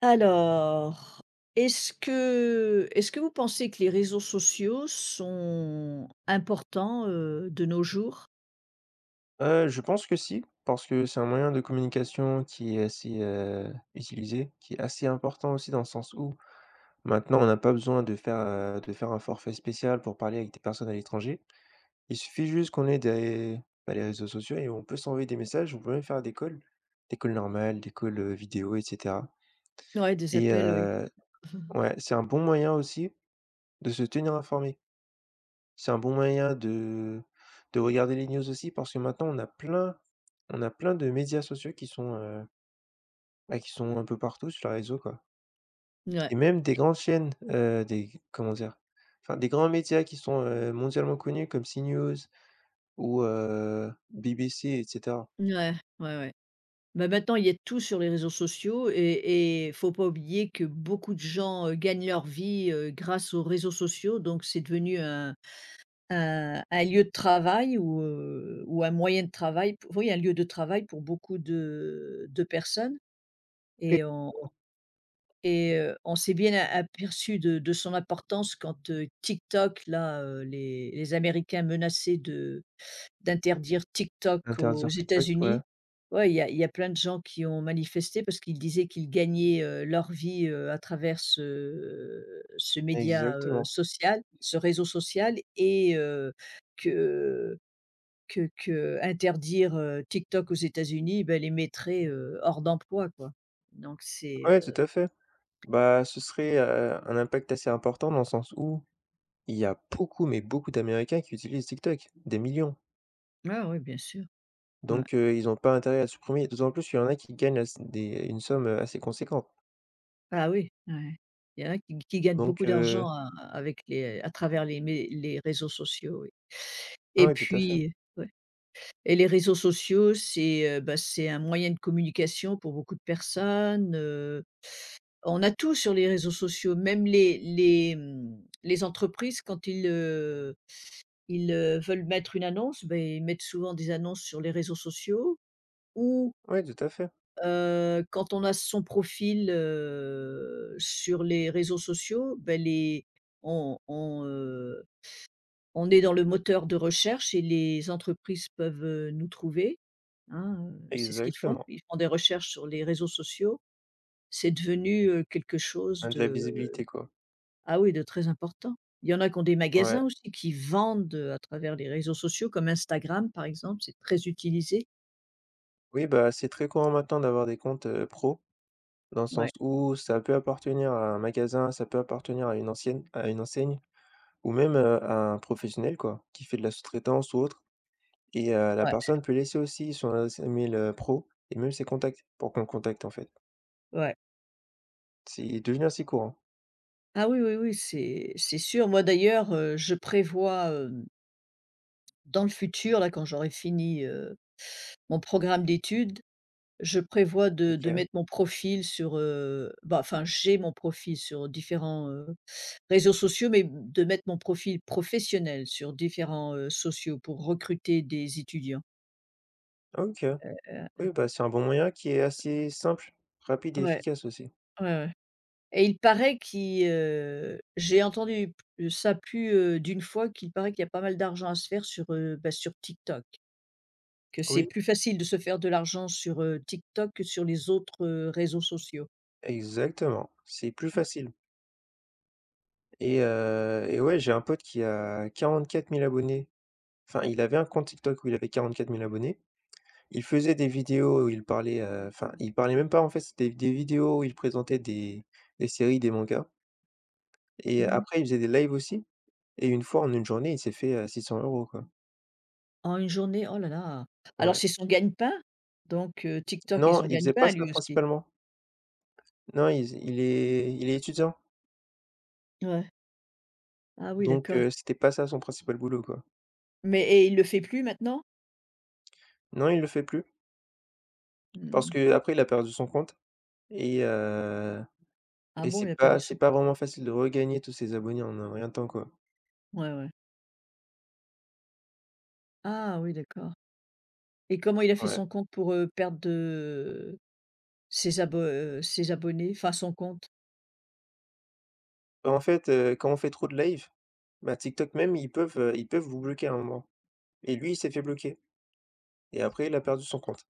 Alors, est-ce que vous pensez que les réseaux sociaux sont importants, de nos jours? Je pense que si, parce que c'est un moyen de communication qui est assez, utilisé, qui est assez important aussi dans le sens où maintenant on n'a pas besoin de faire, de faire un forfait spécial pour parler avec des personnes à l'étranger. Il suffit juste qu'on ait des, bah, les réseaux sociaux et on peut s'envoyer des messages, on peut même faire des calls normales, des calls, vidéo et cetera Ouais, des et appels, oui. Ouais, c'est un bon moyen aussi de se tenir informé. C'est un bon moyen de regarder les news aussi parce que maintenant on a plein de médias sociaux qui sont, bah, qui sont un peu partout sur les réseaux, quoi Ouais, et même des grandes chaînes, des comment dire? Enfin, des grands médias qui sont, mondialement connus comme CNews ou BBC et cetera. ouais, ouais, ouais. Bah, maintenant, il y a tout sur les réseaux sociaux et faut pas oublier que beaucoup de gens, gagnent leur vie, grâce aux réseaux sociaux, donc c'est devenu un lieu de travail ou, ou un moyen de travail pou oui, un lieu de travail pour beaucoup de personnes Oui, et on. On s'est bien a aperçu de son importance quand, TikTok là, les Américains menaçaient de d'interdire TikTok interdire aux TikTok, ouais, États-Unis. Ouais, il y a plein de gens qui ont manifesté parce qu'ils disaient qu'ils gagnaient, leur vie, à travers ce média, exactement. social, ce réseau social et que que interdire TikTok aux États-Unis, ben les mettrait, hors d'emploi, quoi. Donc c'est. Ouais, tout à fait. Bah, ce serait, un impact assez important dans le sens où il y a beaucoup, mais beaucoup d'Américains qui utilisent TikTok, des millions. Ouais, ouais, bien sûr. Ouais. Donc ils ont pas intérêt à se supprimer, d'autant plus qu'il y en a qui gagnent ass des une somme, assez conséquente. Ah oui, ouais. Il y en a qui gagnent beaucoup Donc d'argent heu, a avec les à travers les réseaux sociaux, oui. Et ouais, tout à fait. puis, ouais, et les réseaux sociaux, c'est, bah, c'est un moyen de communication pour beaucoup de personnes, on a tout sur les réseaux sociaux, même les entreprises quand ils, ils, veulent mettre une annonce, ben ils mettent souvent des annonces sur les réseaux sociaux ou. Ouais, tout à fait, Quand on a son profil, sur les réseaux sociaux, ben, les on on, heu, on est dans le moteur de recherche et les entreprises peuvent, nous trouver, hein, c'est ce qu'ils font. exactement. Ils font des recherches sur les réseaux sociaux. C'est devenu, quelque chose Hein, de la de, visibilité, quoi. ah oui, de très important. Il y en a qui ont des Ouais. magasins aussi qui vendent, à travers les réseaux sociaux comme Instagram, par exemple, c'est très utilisé. Oui, bah, c'est très courant maintenant d'avoir des comptes, pro, dans le sens Ouais, où ça peut appartenir à un magasin, ça peut appartenir à une ancienne à une enseigne ou même, à un professionnel, quoi, qui fait de la sous-traitance ou autre et la ouais, personne peut laisser aussi son adresse email, pro et même ses contacts, pour qu'on le contacte, en fait. ouais. C'est devenu assez courant. Ah oui, oui, oui, c'est sûr. Moi d'ailleurs, je prévois, dans le futur, là, quand j'aurai fini, mon programme d'études, je prévois de OK. mettre mon profil sur, bah, enfin, j'ai mon profil sur différents, réseaux sociaux, mais de mettre mon profil professionnel sur différents, sociaux pour recruter des étudiants. OK. Heu Oui, bah, c'est un bon moyen qui est assez simple, rapide et ouais, efficace aussi. ouais, ouais, et il paraît qui, j'ai entendu p ça plus, d'une fois qu'il paraît qu'il y a pas mal d'argent à se faire sur, sur TikTok. Que c'est Oui, plus facile de se faire de l'argent sur, TikTok que sur les autres, réseaux sociaux. exactement, c'est plus Ouais. facile et et ouais, j'ai un pote qui a 44 000 abonnés. Enfin, il avait un compte TikTok où il avait 44 000 abonnés. Il faisait des vidéos où il parlait, enfin, il parlait même pas, en fait, c'était des vidéos où il présentait des séries, des mangas et Mmh. après il faisait des lives aussi et une fois, en une journée, il s'est fait, 600 euros quoi. En une journée, oh là là! Alors Ouais. c'est son gagne-pain, donc TikTok est Non, son il faisait gagne-pain pas à ça lui aussi. principalement. Non, il est étudiant. Ouais. Ah oui, Donc d'accord. C'était pas ça son principal boulot, quoi. Mais et il le fait plus maintenant? Non, il le fait plus parce Mmh. que après il a perdu son compte et heu Ah et bon, il a perdu c'est son. pas vraiment facile de regagner tous ses abonnés en un rien de temps, quoi. Ouais, ouais. Ah oui, d'accord. Et comment il a fait Ouais. son compte pour, perdre de ses abo ses abonnés? Enfin son compte? Bah, en fait, quand on fait trop de live, bah, TikTok même, ils peuvent vous bloquer à un moment et lui, il s'est fait bloquer et après il a perdu son compte.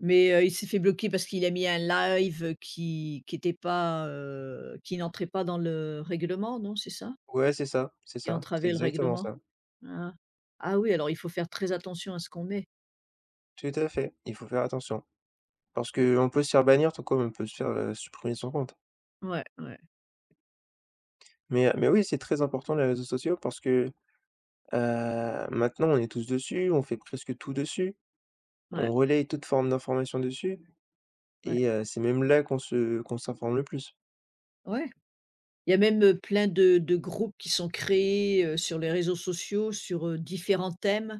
Mais, il s'est fait bloquer parce qu'il a mis un live, qui était pas, qui n'entrait pas dans le règlement, non, c'est ça? Ouais, c'est ça, c'est Qui ça, c'est entravait le exactement règlement? ça. Ah. Ah oui, alors il faut faire très attention à ce qu'on met. Tout à fait, il faut faire attention parce que on peut se faire bannir tout comme on peut se faire, supprimer son compte. Ouais, ouais, Mais oui, c'est très important les réseaux sociaux parce que maintenant, on est tous dessus, on fait presque tout dessus, ouais, on relaye toute forme d'information dessus ouais, et c'est même là qu'on s'informe le plus. ouais. Il y a même, plein de groupes qui sont créés, sur les réseaux sociaux sur, différents thèmes.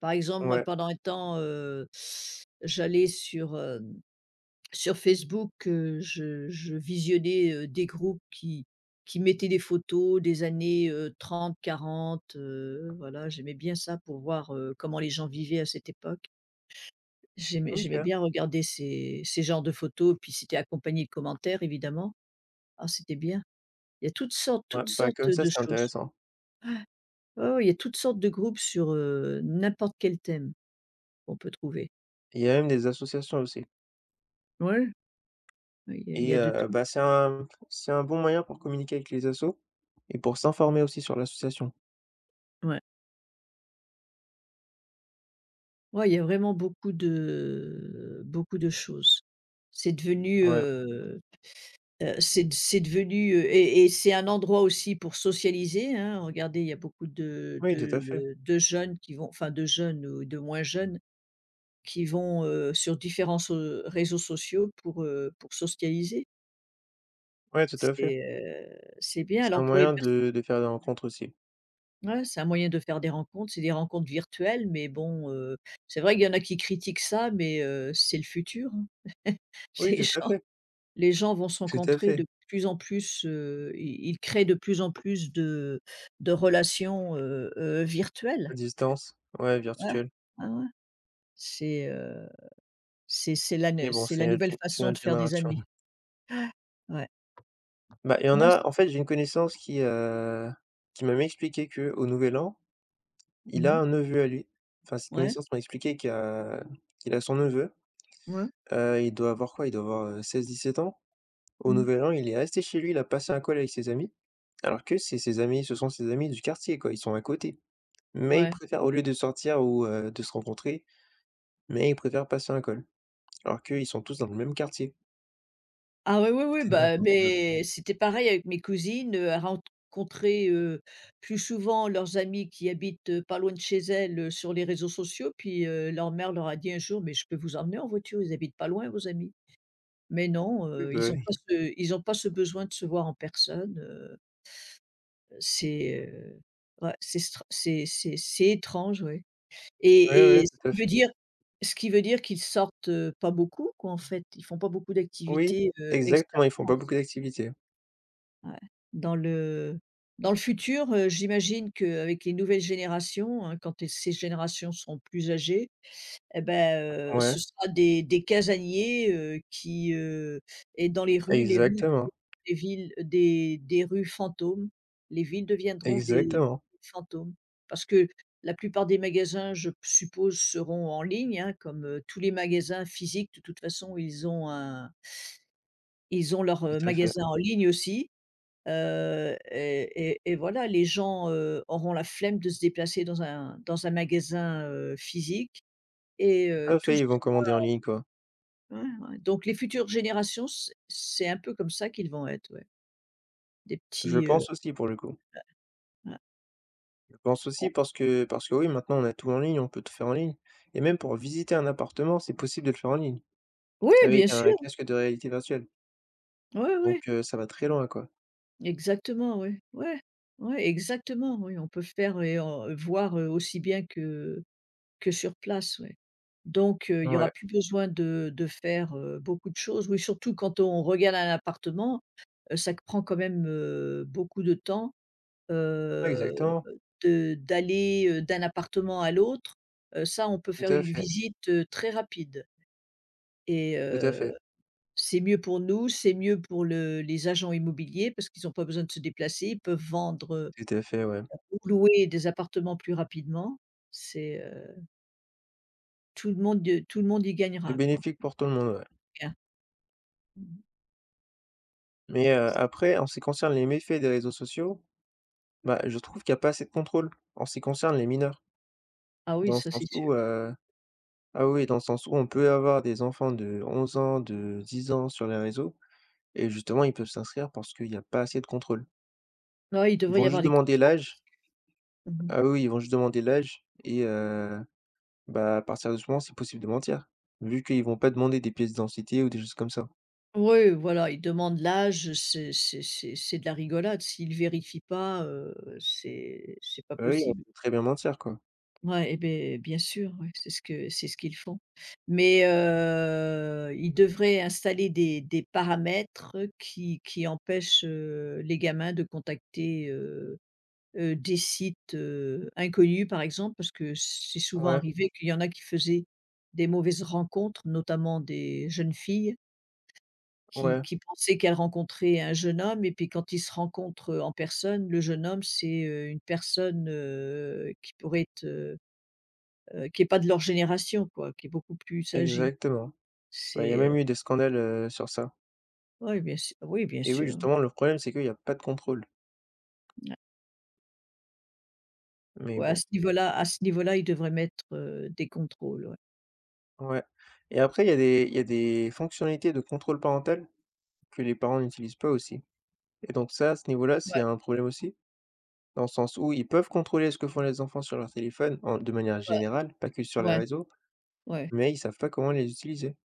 Par exemple, moi Ouais, pendant un temps, j'allais Sur Facebook, je visionnais, des groupes qui mettaient des photos des années, 30-40, voilà, j'aimais bien ça pour voir, comment les gens vivaient à cette époque. J'aimais OK, bien regarder ces genres de photos, puis c'était accompagné de commentaires évidemment. Ah, c'était bien. Il y a toutes sortes ouais, toutes bah, sortes comme ça, de c'est choses. intéressant. Ouais, ouais, ouais, il y a toutes sortes de groupes sur, n'importe quel thème qu'on peut trouver. Il y a même des associations aussi Ouais, il y a il y et a de tout. bah, c'est un bon moyen pour communiquer avec les assos et pour s'informer aussi sur l'association. Ouais. Ouais, il y a vraiment beaucoup de choses. C'est devenu, Ouais, c'est devenu, et c'est un endroit aussi pour socialiser, hein. Regardez, il y a beaucoup de oui, tout de à fait. de de jeunes qui vont enfin de jeunes ou de moins jeunes qui vont, sur différents réseaux sociaux pour socialiser. Ouais, tout à fait. C'est bien. C'est un Alors pour les moyen pers. de faire des rencontres aussi. Ouais, c'est un moyen de faire des rencontres, c'est des rencontres virtuelles mais bon, c'est vrai qu'il y en a qui critiquent ça mais, c'est le futur, hein. Oui, Les gens Les gens vont se tout à rencontrer fait, de plus en plus, ils créent de plus en plus de relations, virtuelles. à distance, ouais, Ouais, virtuel. ouais, ouais. C'est, heu, c'est la Mais ne bon, c'est c'est la notre nouvelle gé c'est façon de notre faire des génération. amis. Ouais. Bah, il y en Ouais, c'est. a en fait, j'ai une connaissance qui m'a expliqué que au nouvel an, il a Mmh. un neveu à lui. Enfin, cette Ouais, connaissance m'a expliqué qu'il a son neveu, ouais, il doit avoir quoi? Il doit avoir, 16, 17 ans. Au mmh, nouvel an, il est resté chez lui, il a passé un col avec ses amis, alors que c'est ses amis ce sont ses amis du quartier quoi, ils sont à côté. Mais ils ouais. préfèrent au lieu de sortir ou, de se rencontrer, mais ils préfèrent passer un col, alors qu'ils sont tous dans le même quartier. Ah oui, oui, oui, C'était bah, n'importe quoi. mais c'était pareil avec mes cousines, à rencontrer, plus souvent leurs amis qui habitent, pas loin de chez elles, sur les réseaux sociaux puis, leur mère leur a dit un jour: «Mais je peux vous emmener en voiture, ils habitent pas loin vos amis». Mais non, Oui, bah, oui. Ils ont pas ce besoin de se voir en personne, c'est, ouais, c'est str c'est étrange, ouais, Ouais, et ouais, et tout à fait. Ce qui veut dire qu'ils sortent, pas beaucoup quoi, en fait. Ils font pas beaucoup Oui, d'activités, extérieures exactement, ils font pas beaucoup ensemble, d'activités. ouais. Dans le Dans le futur, j'imagine qu'avec les nouvelles générations, hein, quand ces générations seront plus âgées. Et ben, Ouais. ce sera des casaniers, et dans les rues deviendront Exactement, des villes des rues fantômes. Les villes deviendront des exactement, fantômes parce que la plupart des magasins, je suppose, seront en ligne, hein, comme, tous les magasins physiques. De toute façon, ils ont leur, tout à fait, magasin en ligne aussi, et voilà, les gens, auront la flemme de se déplacer dans un magasin, physique et tout heu, à tous. fait, ils vont commander en ligne, quoi. Ouais, ouais. Donc les futures générations, c'est un peu comme ça qu'ils vont être, ouais. Des Je petits, pense aussi pour le coup. ah, Je pense on aussi parce que oui, maintenant on a tout en ligne, on peut tout faire en ligne et même pour visiter un appartement, c'est possible de le faire en ligne oui, bien avec sûr. un casque de réalité virtuelle. Oui, oui. Donc ça va très loin, quoi. Exactement, oui. Ouais, ouais, exactement, oui. On peut faire et en, voir, aussi bien que sur place, ouais. Donc il y aura Ouais, plus besoin de faire, beaucoup de choses. Oui, surtout quand on regarde un appartement, ça prend quand même, beaucoup de temps. Heu, exactement, de d'aller, d'un appartement à l'autre, ça on peut tout faire à une fait, visite, très rapide et tout à heu, fait, c'est mieux pour nous, c'est mieux pour le les agents immobiliers parce qu'ils ont pas besoin de se déplacer, ils peuvent vendre, tout à fait, ouais. ou louer des appartements plus rapidement. C'est, tout le monde y C'est gagnera quoi. bénéfique pour tout le monde, ouais. Bien. Mmh. Mais après en ce qui concerne les méfaits des réseaux sociaux, bah, je trouve qu'il y a pas assez de contrôle en ce qui concerne les mineurs. Ah oui, Dans le ça sens c'est sûr. où heu, ah oui, dans le sens où on peut avoir des enfants de 11 ans, de 10 ans sur les réseaux et justement ils peuvent s'inscrire parce qu'il y a pas assez de contrôle. Ouais, il Ils devrait vont y juste avoir des demander contrôles parce l'âge. que. Mmh. Ah oui, ils vont juste demander l'âge et bah, à partir de ce moment, c'est possible de mentir, vu qu'ils vont pas demander des pièces d'identité ou des choses comme ça. Oui, voilà, ils demandent l'âge, c'est de la rigolade. S'ils vérifient pas, c'est pas Bah oui, on possible. peut très bien mentir, quoi. Ouais et beh, bien sûr, ouais, c'est ce qu'ils font. Mais, ils devraient installer des paramètres qui empêchent, les gamins de contacter, des sites, inconnus, par exemple, parce que c'est souvent Ouais, arrivé qu'il y en a qui faisaient des mauvaises rencontres, notamment des jeunes filles. Qui ouais, qui pensait qu'elle rencontrait un jeune homme et puis quand ils se rencontrent, en personne, le jeune homme, c'est, une personne, qui n'est pas de leur génération quoi, qui est beaucoup plus âgée. exactement. Bah, il y a C'est, même heu, eu des scandales, sur ça oui bien et oui, sûr, justement, le problème, c'est qu'il y a pas de contrôle ouais. mais Ouais, bon, à ce niveau-là, ils devraient mettre, des contrôles, ouais. ouais et après il y a des fonctionnalités de contrôle parental que les parents n'utilisent pas aussi et donc ça, à ce niveau-là, c'est Ouais, un problème aussi, dans le sens où ils peuvent contrôler ce que font les enfants sur leur téléphone en de manière ouais, générale, pas que sur les ouais, réseaux, ouais, mais ils savent pas comment les utiliser.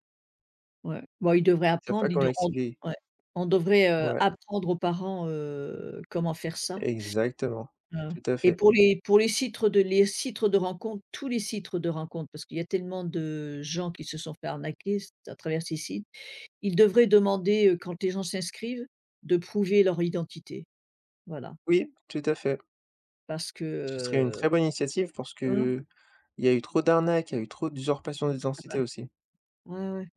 ouais. Bon, ils devraient Ils savent pas apprendre, ils comment de on. l'activer. Ouais. On devrait, Ouais, apprendre aux parents, comment faire ça. exactement. Ah ouais. Tout à Et fait. Pour les citres tous les citres de rencontre, parce qu'il y a tellement de gens qui se sont fait arnaquer c à travers ces sites, ils devraient demander, quand les gens s'inscrivent, de prouver leur identité. Voilà, Oui, tout à fait. parce que. Ce serait une très Heu bonne initiative parce hein? que il y a eu trop d'arnaques, il y a eu trop d'usurpation Ah bah, d'identité aussi. ouais, ouais, ouais.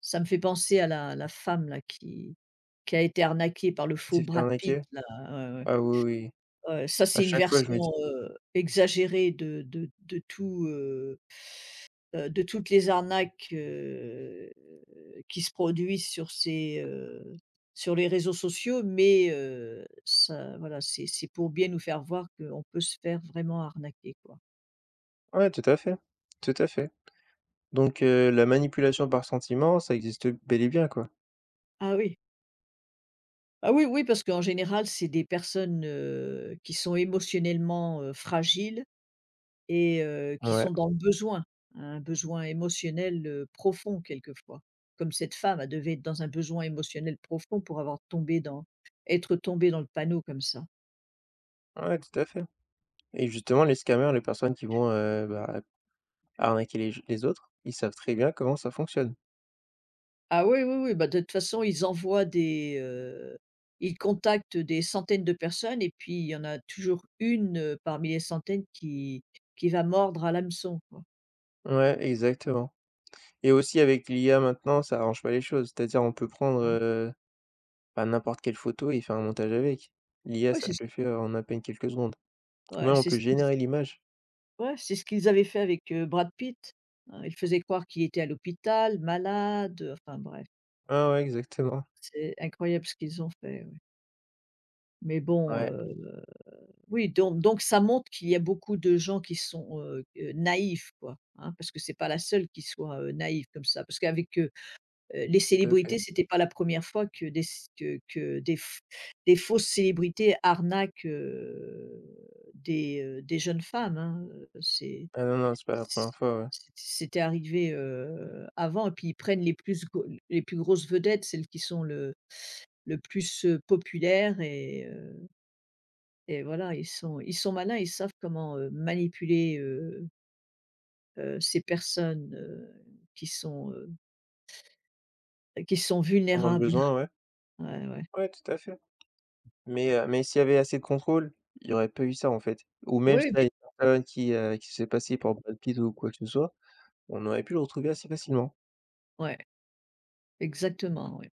Ça me fait penser à la femme là qui a été arnaquée par le Il faux s'est fait Brad Pitt arnaquer. là, ouais, ouais. Ouais, Ah oui, oui. Oui. ouais, ça À c'est une chaque fois, je version, me dis exagérée de tout, de toutes les arnaques, qui se produisent sur sur les réseaux sociaux, mais ça voilà, c'est pour bien nous faire voir qu'on peut se faire vraiment arnaquer, quoi. ouais, tout à fait, tout à fait. Donc la manipulation par sentiment, ça existe bel et bien, quoi. Ah oui, ah oui, oui, parce qu'en général, c'est des personnes, qui sont émotionnellement, fragiles et qui Ouais. sont dans le besoin, un besoin émotionnel, profond quelquefois. Comme cette femme, elle devait être dans un besoin émotionnel profond pour avoir tombé dans être tombée dans le panneau comme ça. Ouais, tout à fait et justement, les scammers, les personnes qui vont, bah, arnaquer les autres, ils savent très bien comment ça fonctionne. Ah oui, oui, oui, bah, de toute façon, ils contactent des centaines de personnes et puis il y en a toujours une, parmi les centaines qui va mordre à l'hameçon, quoi. Ouais, exactement et aussi avec l'IA maintenant, ça arrange pas les choses. C'est-à-dire, on peut prendre, Mmh. Bah, n'importe quelle photo et faire un montage avec. L'IA, Ouais, ça c'est te ce le qui. fait, en à peine quelques secondes. Ou Ouais, même on c'est peut ce qu'ils. générer l'image. Ouais, c'est ce qu'ils avaient fait avec, Brad Pitt, hein. Ils faisaient croire qu'il était à l'hôpital, malade, enfin bref, Ah ouais, exactement. c'est incroyable ce qu'ils ont fait, ouais. Mais bon, Ouais, oui, donc ça montre qu'il y a beaucoup de gens qui sont, naïfs quoi, hein, parce que c'est pas la seule qui soit, naïve comme ça. Parce qu'avec, les tout à fait. célébrités, c'était pas la première fois que des c que des f des fausses célébrités arnaquent, des jeunes femmes, hein, Ah non, non, c'est pas la c première fois, ouais. c'était arrivé, avant et puis ils prennent les plus grosses vedettes, celles qui sont le plus, populaires et voilà, ils sont malins, ils savent comment, manipuler, ces personnes, qui sont, heu, qui sont Dans le vulnérables. besoin, ouais. Ouais, ouais. Ouais, tout à fait. Mais s'il y avait assez de contrôle, il y aurait pas eu ça, en fait. Ou même Oui, s'il y a et une personne qui s'est fait passer pour Brad Pitt ou quoi que ce soit, on aurait pu le retrouver assez facilement. ouais, exactement, ouais.